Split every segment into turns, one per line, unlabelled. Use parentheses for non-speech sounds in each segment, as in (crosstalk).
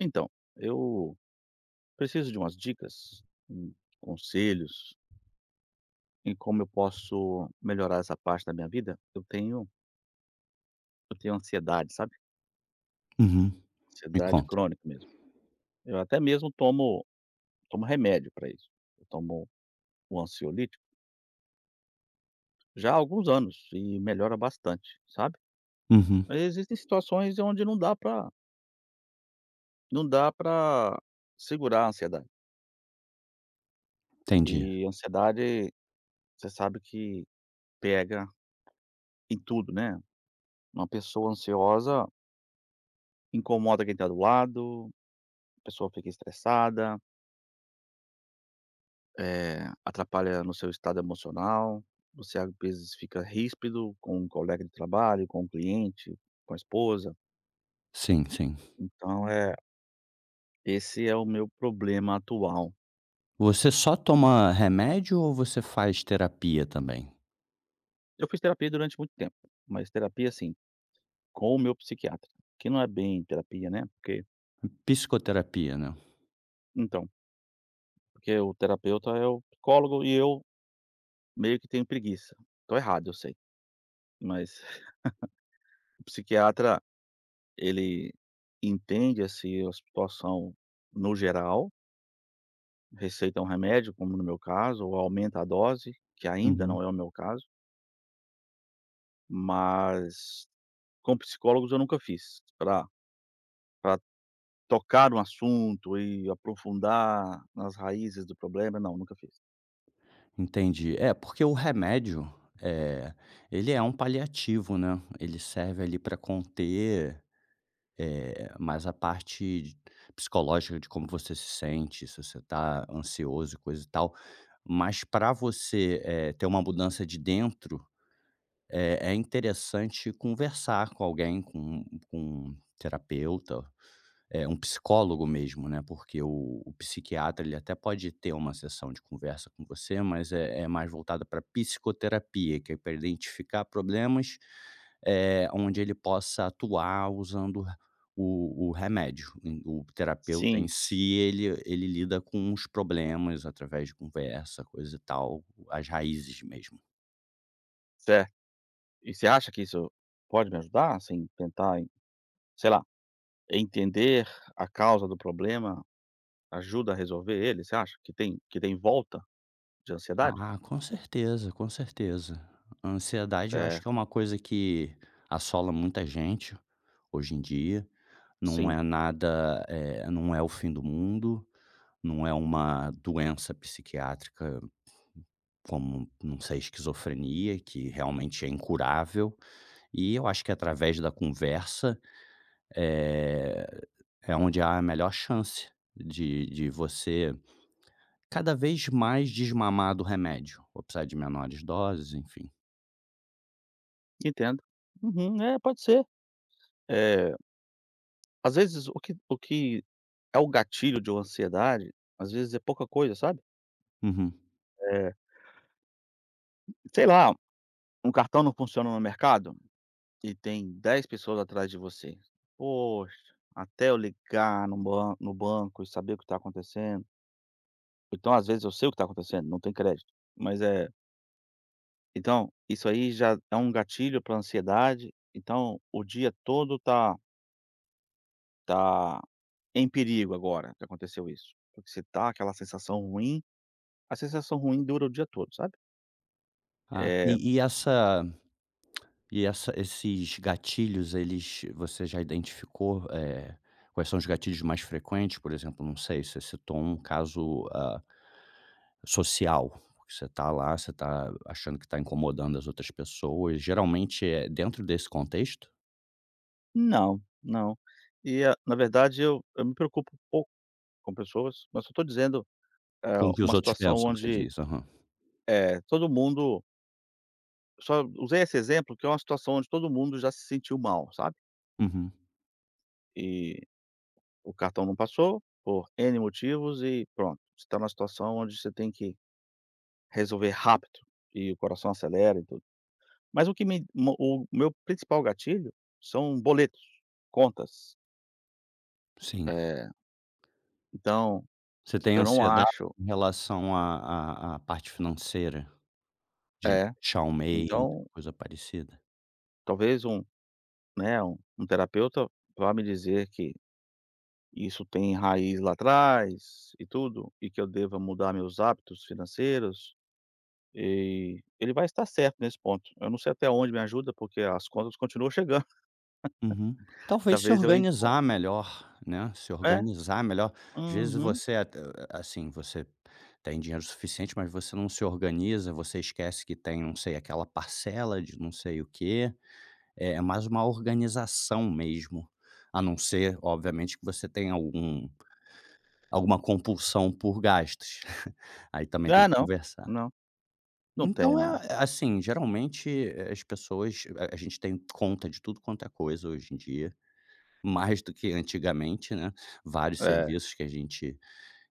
Então, eu preciso de umas dicas, hum, conselhos em como eu posso melhorar essa parte da minha vida. Eu tenho ansiedade, sabe?
Uhum. Me
Ansiedade
conta.
crônica mesmo. Eu até mesmo tomo remédio para isso. Eu tomo o ansiolítico já há alguns anos e melhora bastante, sabe?
Uhum.
Mas existem situações onde não dá para segurar a ansiedade.
Entendi.
E ansiedade, você sabe que pega em tudo, né? Uma pessoa ansiosa incomoda quem está do lado, a pessoa fica estressada, atrapalha no seu estado emocional, você às vezes fica ríspido com um colega de trabalho, com um cliente, com a esposa.
Sim, sim.
Então, esse é o meu problema atual.
Você só toma remédio ou você faz terapia também?
Eu fiz terapia durante muito tempo, mas terapia, assim, com o meu psiquiatra, que não é bem terapia, né,
Psicoterapia, né?
então, porque o terapeuta é o psicólogo e eu meio que tenho preguiça. Estou errado, eu sei, mas (laughs) o psiquiatra ele entende, assim, a situação no geral, receita é um remédio, como no meu caso, ou aumenta a dose, que ainda não
Uhum.
é o meu caso, mas com psicólogos eu nunca fiz, para pra tocar um assunto e aprofundar nas raízes do problema, não, nunca fiz.
Entendi. É, porque o remédio, eh, ele é um paliativo, né? Ele serve ali para conter, mais a parte de psicológica de como você se sente, se você tá ansioso e coisa e tal. Mas para você, ter uma mudança de dentro, é é interessante conversar com alguém, com um terapeuta, é um psicólogo mesmo, né, porque o psiquiatra, ele até pode ter uma sessão de conversa com você, mas é é mais voltada para psicoterapia, que é pra identificar problemas, é onde ele possa atuar usando o remédio. O terapeuta em
Sim,
si, ele lida com os problemas através de conversa, coisa e tal, as raízes mesmo.
certo. E você acha que isso pode me ajudar, assim, tentar, em- sei lá, entender a causa do problema ajuda a resolver ele, você acha que tem volta de ansiedade?
Ah, com certeza, com certeza. A ansiedade eu acho
Certo.
que é uma coisa que assola muita gente hoje em dia. Não
Sim,
é nada, não é o fim do mundo, não é uma doença psiquiátrica como, não sei, esquizofrenia, que realmente é incurável. E eu acho que através da conversa é, é onde há a melhor chance de você cada vez mais desmamar do remédio, ou precisar de menores doses, enfim.
entendo. Uhum, é, pode ser. é Às vezes o que é o gatilho de uma ansiedade, às vezes é pouca coisa, sabe.
Uhum.
Eh, Sei lá, um cartão não funciona no mercado e tem 10 pessoas atrás de você. Poxa, até eu ligar no ban no banco e saber o que está acontecendo. Então, às vezes eu sei o que está acontecendo, não tem crédito, mas, então isso aí já é um gatilho para ansiedade, então o dia todo tá em perigo agora que aconteceu isso, porque você tá aquela sensação ruim, a sensação ruim dura o dia todo, sabe.
Ah, e
Eh,
e essa esses gatilhos, eles você já identificou, quais são os gatilhos mais frequentes? Por exemplo, não sei, você citou um caso, ah, social, que você está lá, você está achando que está incomodando as outras pessoas. Geralmente é dentro desse contexto?
não, não. E a Na verdade eu me preocupo um pouco com pessoas, mas eu tô dizendo,
Com o que os
uma
outros pensam que você diz? Aham.
todo mundo só usei esse exemplo que é uma situação onde todo mundo já se sentiu mal, sabe.
Uhum.
E o cartão não passou por N motivos e pronto, você tá numa situação onde você tem que resolver rápido e o coração acelera e tudo. Mas o que me mo- o meu principal gatilho são boletos, contas,
Sim.
eh, então
Você tem
eu não
ansiedade
acho
em relação à parte financeira? De não
é,
fechar um mês,
então
coisa parecida?
talvez um terapeuta vá me dizer que isso tem raiz lá atrás e tudo, e que eu deva mudar meus hábitos financeiros, e ele vai estar certo nesse ponto. Eu não sei até onde me ajuda, porque as contas continuam chegando.
Uhum.
(laughs)
Talvez se
Talvez eu enco
organizar melhor, né, se
é,
organizar melhor. Às vezes
Uhum.
você até assim, você tem dinheiro suficiente, mas você não se organiza, você esquece que tem, não sei, aquela parcela de não sei o quê. É é mais uma organização mesmo, a não ser, obviamente, que você tenha alguma compulsão por gastos. (laughs) Aí também tem
Ah,
que
não,
conversar.
não, não tem
Então
não.
é é assim, geralmente, as pessoas a gente tem conta de tudo quanto é coisa hoje em dia. Mais do que antigamente, né, vários
É,
serviços que a gente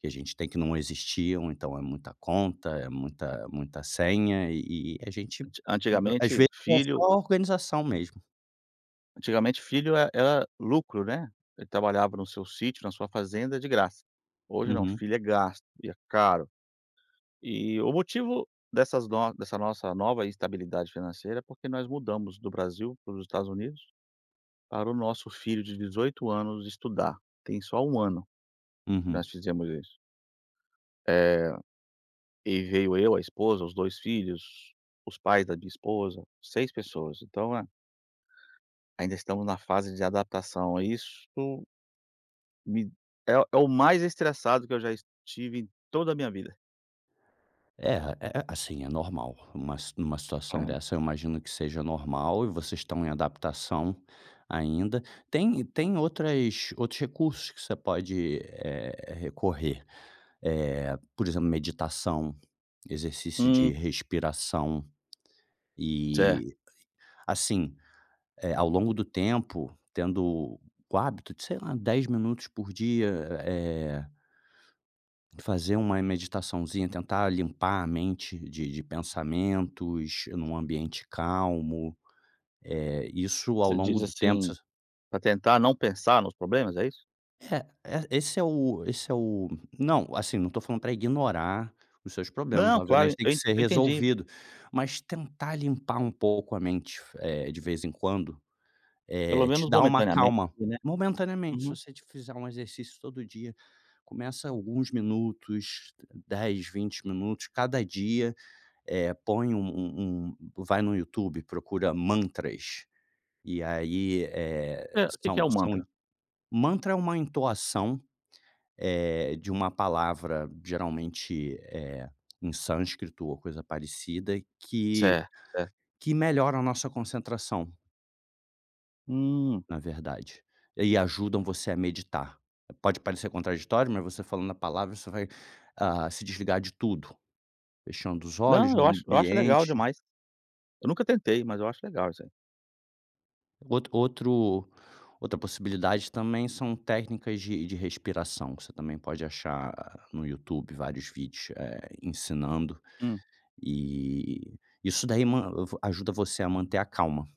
tem que não existiam, então é muita conta, é muita senha e a gente
anti
às
antigamente
vezes é só
filho
organização mesmo.
Antigamente filho era lucro, né, ele trabalhava no seu sítio, na sua fazenda de graça. Hoje não,
Uhum,
filho é gasto e é caro. E o motivo dessas no dessa nossa nova instabilidade financeira é porque nós mudamos do Brasil para os Estados Unidos, para o nosso filho de 18 anos estudar. Tem só um ano que
uhum.
nós fizemos isso. Eh, e veio eu, a esposa, os 2 filhos, os pais da minha esposa, 6 pessoas. Então, ainda estamos na fase de adaptação. A Isso Me É o mais estressado que eu já estive em toda a minha vida.
É, é assim, é normal. Uma situação
É.
dessa eu imagino que seja normal e vocês estão em adaptação ainda. Tem outras outros recursos que você pode, recorrer, por exemplo, meditação, exercício de
Hum,
respiração.
certo.
E, assim, ao longo do tempo, tendo o hábito de, sei lá, 10 minutos por dia, eh, fazer uma meditaçãozinha, tentar limpar a mente de pensamentos num ambiente calmo, isso ao
Você
longo
diz,
do tempo
assim,
você...
para tentar não pensar nos problemas, é isso?
É, é esse é o não, assim, não estou falando para ignorar os seus problemas,
Não, claro,
obviamente tem que ser
eu entendi,
resolvido, mas tentar limpar um pouco a mente, de vez em quando.
pelo
Eh, te
menos
dá uma
momentaneamente,
calma,
né.
momentaneamente, se
Uhum.
você te fizer um exercício todo dia, começa alguns minutos, 10 20 minutos cada dia, põe um vai no YouTube, procura mantras, e aí,
É, o que que é
são
o
são
mantra?
mantra é uma entoação, de uma palavra geralmente, em sânscrito ou coisa parecida,
Certo, certo.
que melhora a nossa concentração.
Hum.
Na verdade. E ajudam você a meditar. Pode parecer contraditório, mas você falando a palavra, você vai, ah, se desligar de tudo, fechando os olhos
Não, eu
no
acho eu acho legal
ambiente.
demais. Eu nunca tentei, mas eu acho legal isso aí.
Outro outro Outra possibilidade também são técnicas de respiração, que você também pode achar ah, no YouTube vários vídeos, ensinando,
Hum.
e isso daí man ajuda você a manter a calma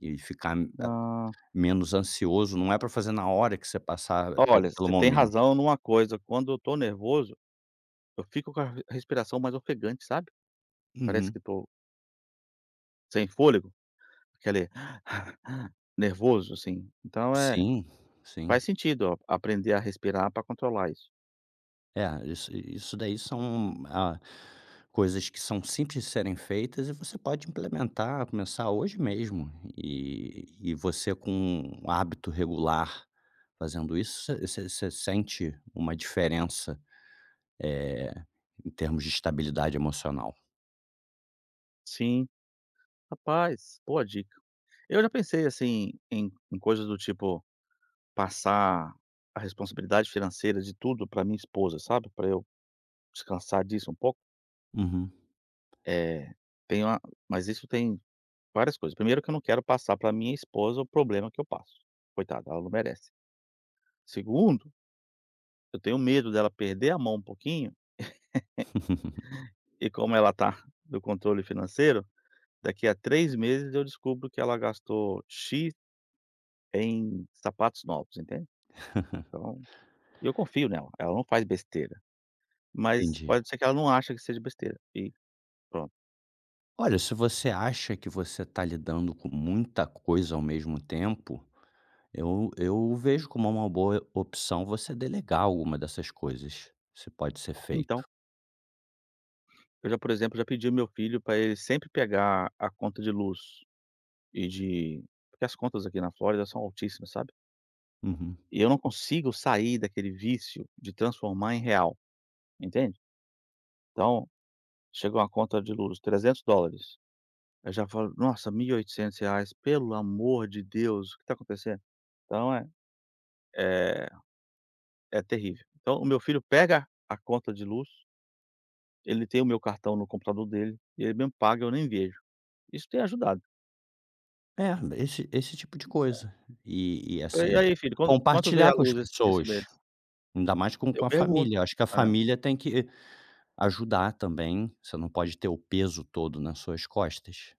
e ficar, ah,
Hã,
menos ansioso, não é para fazer na hora que você passar pe
olha,
pelo
você tem
momento.
razão numa coisa, quando eu tô nervoso, eu fico com a respiração mais ofegante, sabe. Parece
Uhum.
que tô sem fôlego. Aquele (laughs) (sighs) nervoso, assim.
Sim, sim.
Faz sentido ó, aprender a respirar para controlar isso.
É, isso isso daí são, ah, coisas que são simples de serem feitas e você pode implementar, começar hoje mesmo. E você com um hábito regular fazendo isso, você sente uma diferença, eh, em termos de estabilidade emocional.
Sim, rapaz, boa dica. Eu já pensei, assim, em coisas do tipo, passar a responsabilidade financeira de tudo para minha esposa, sabe, para eu descansar disso um pouco.
Uhum.
É, tenho a Mas isso tem várias coisas. Primeiro que eu não quero passar para minha esposa o problema que eu passo. Coitada, ela não merece. Segundo, eu tenho medo dela perder a mão um pouquinho,
(laughs)
e como ela tá (laughs) do controle financeiro. Daqui a 3 meses eu descubro que ela gastou "X" em sapatos novos, entende? Então e eu confio nela, ela não faz besteira, mas
Entendi.
pode ser que ela não acha que seja besteira e pronto.
Olha, se você acha que você está lidando com muita coisa ao mesmo tempo, eu vejo como uma boa opção você delegar alguma dessas coisas, se pode ser feito.
Então, eu já, por exemplo, já pedi ao meu filho para ele sempre pegar a conta de luz e de porque as contas aqui na Flórida são altíssimas, sabe?
Uhum.
E eu não consigo sair daquele vício de transformar em real, entende? Então, chegou uma conta de luz, $300. Eu já falo: "Nossa, 1.800 reais. Pelo amor de Deus, o que está acontecendo?". Então é é terrível. Então o meu filho pega a conta de luz, ele tem o meu cartão no computador dele, e ele mesmo paga, eu nem vejo. Isso tem ajudado.
É, esse esse tipo de coisa. E
"E
assim,
aí filho, quanto veio
compartilhar
a
com as
luz esse
pessoas,
mês?".
ainda mais com
Eu
a
pergunto.
família. Eu acho que a
É.
família tem que ajudar também, você não pode ter o peso todo nas suas costas.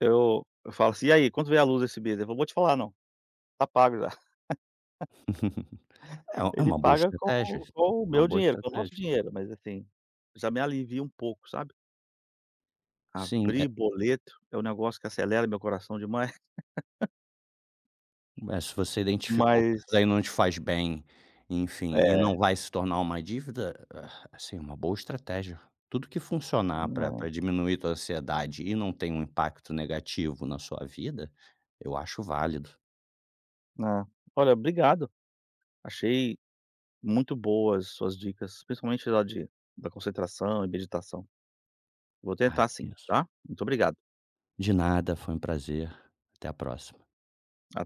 Eu falo assim: "E aí, quanto veio a luz esse mês?". Eu: "Vou te falar não, tá pago já". (laughs)
(laughs) É é
Ele
uma boa
paga com
estratégia,
o
é
com o
uma
meu
boa
dinheiro, com o nosso
estratégia.
dinheiro, mas assim, já me alivia um pouco, sabe.
Sim.
Abrir boleto é um negócio que acelera meu coração demais.
É, se você identificou que isso
Mas
daí não te faz bem, enfim, e não
é,
vai se tornar uma dívida, ah, assim, é uma boa estratégia. Tudo que funcionar para
né,
pra diminuir tua ansiedade e não tem um impacto negativo na sua vida, eu acho válido.
né. Olha, obrigado. Achei muito boas suas dicas, principalmente lá de da concentração e meditação. Vou
Ai,
tentar
que
sim,
isso.
tá. Muito obrigado.
De nada, foi um prazer. Até a próxima.
A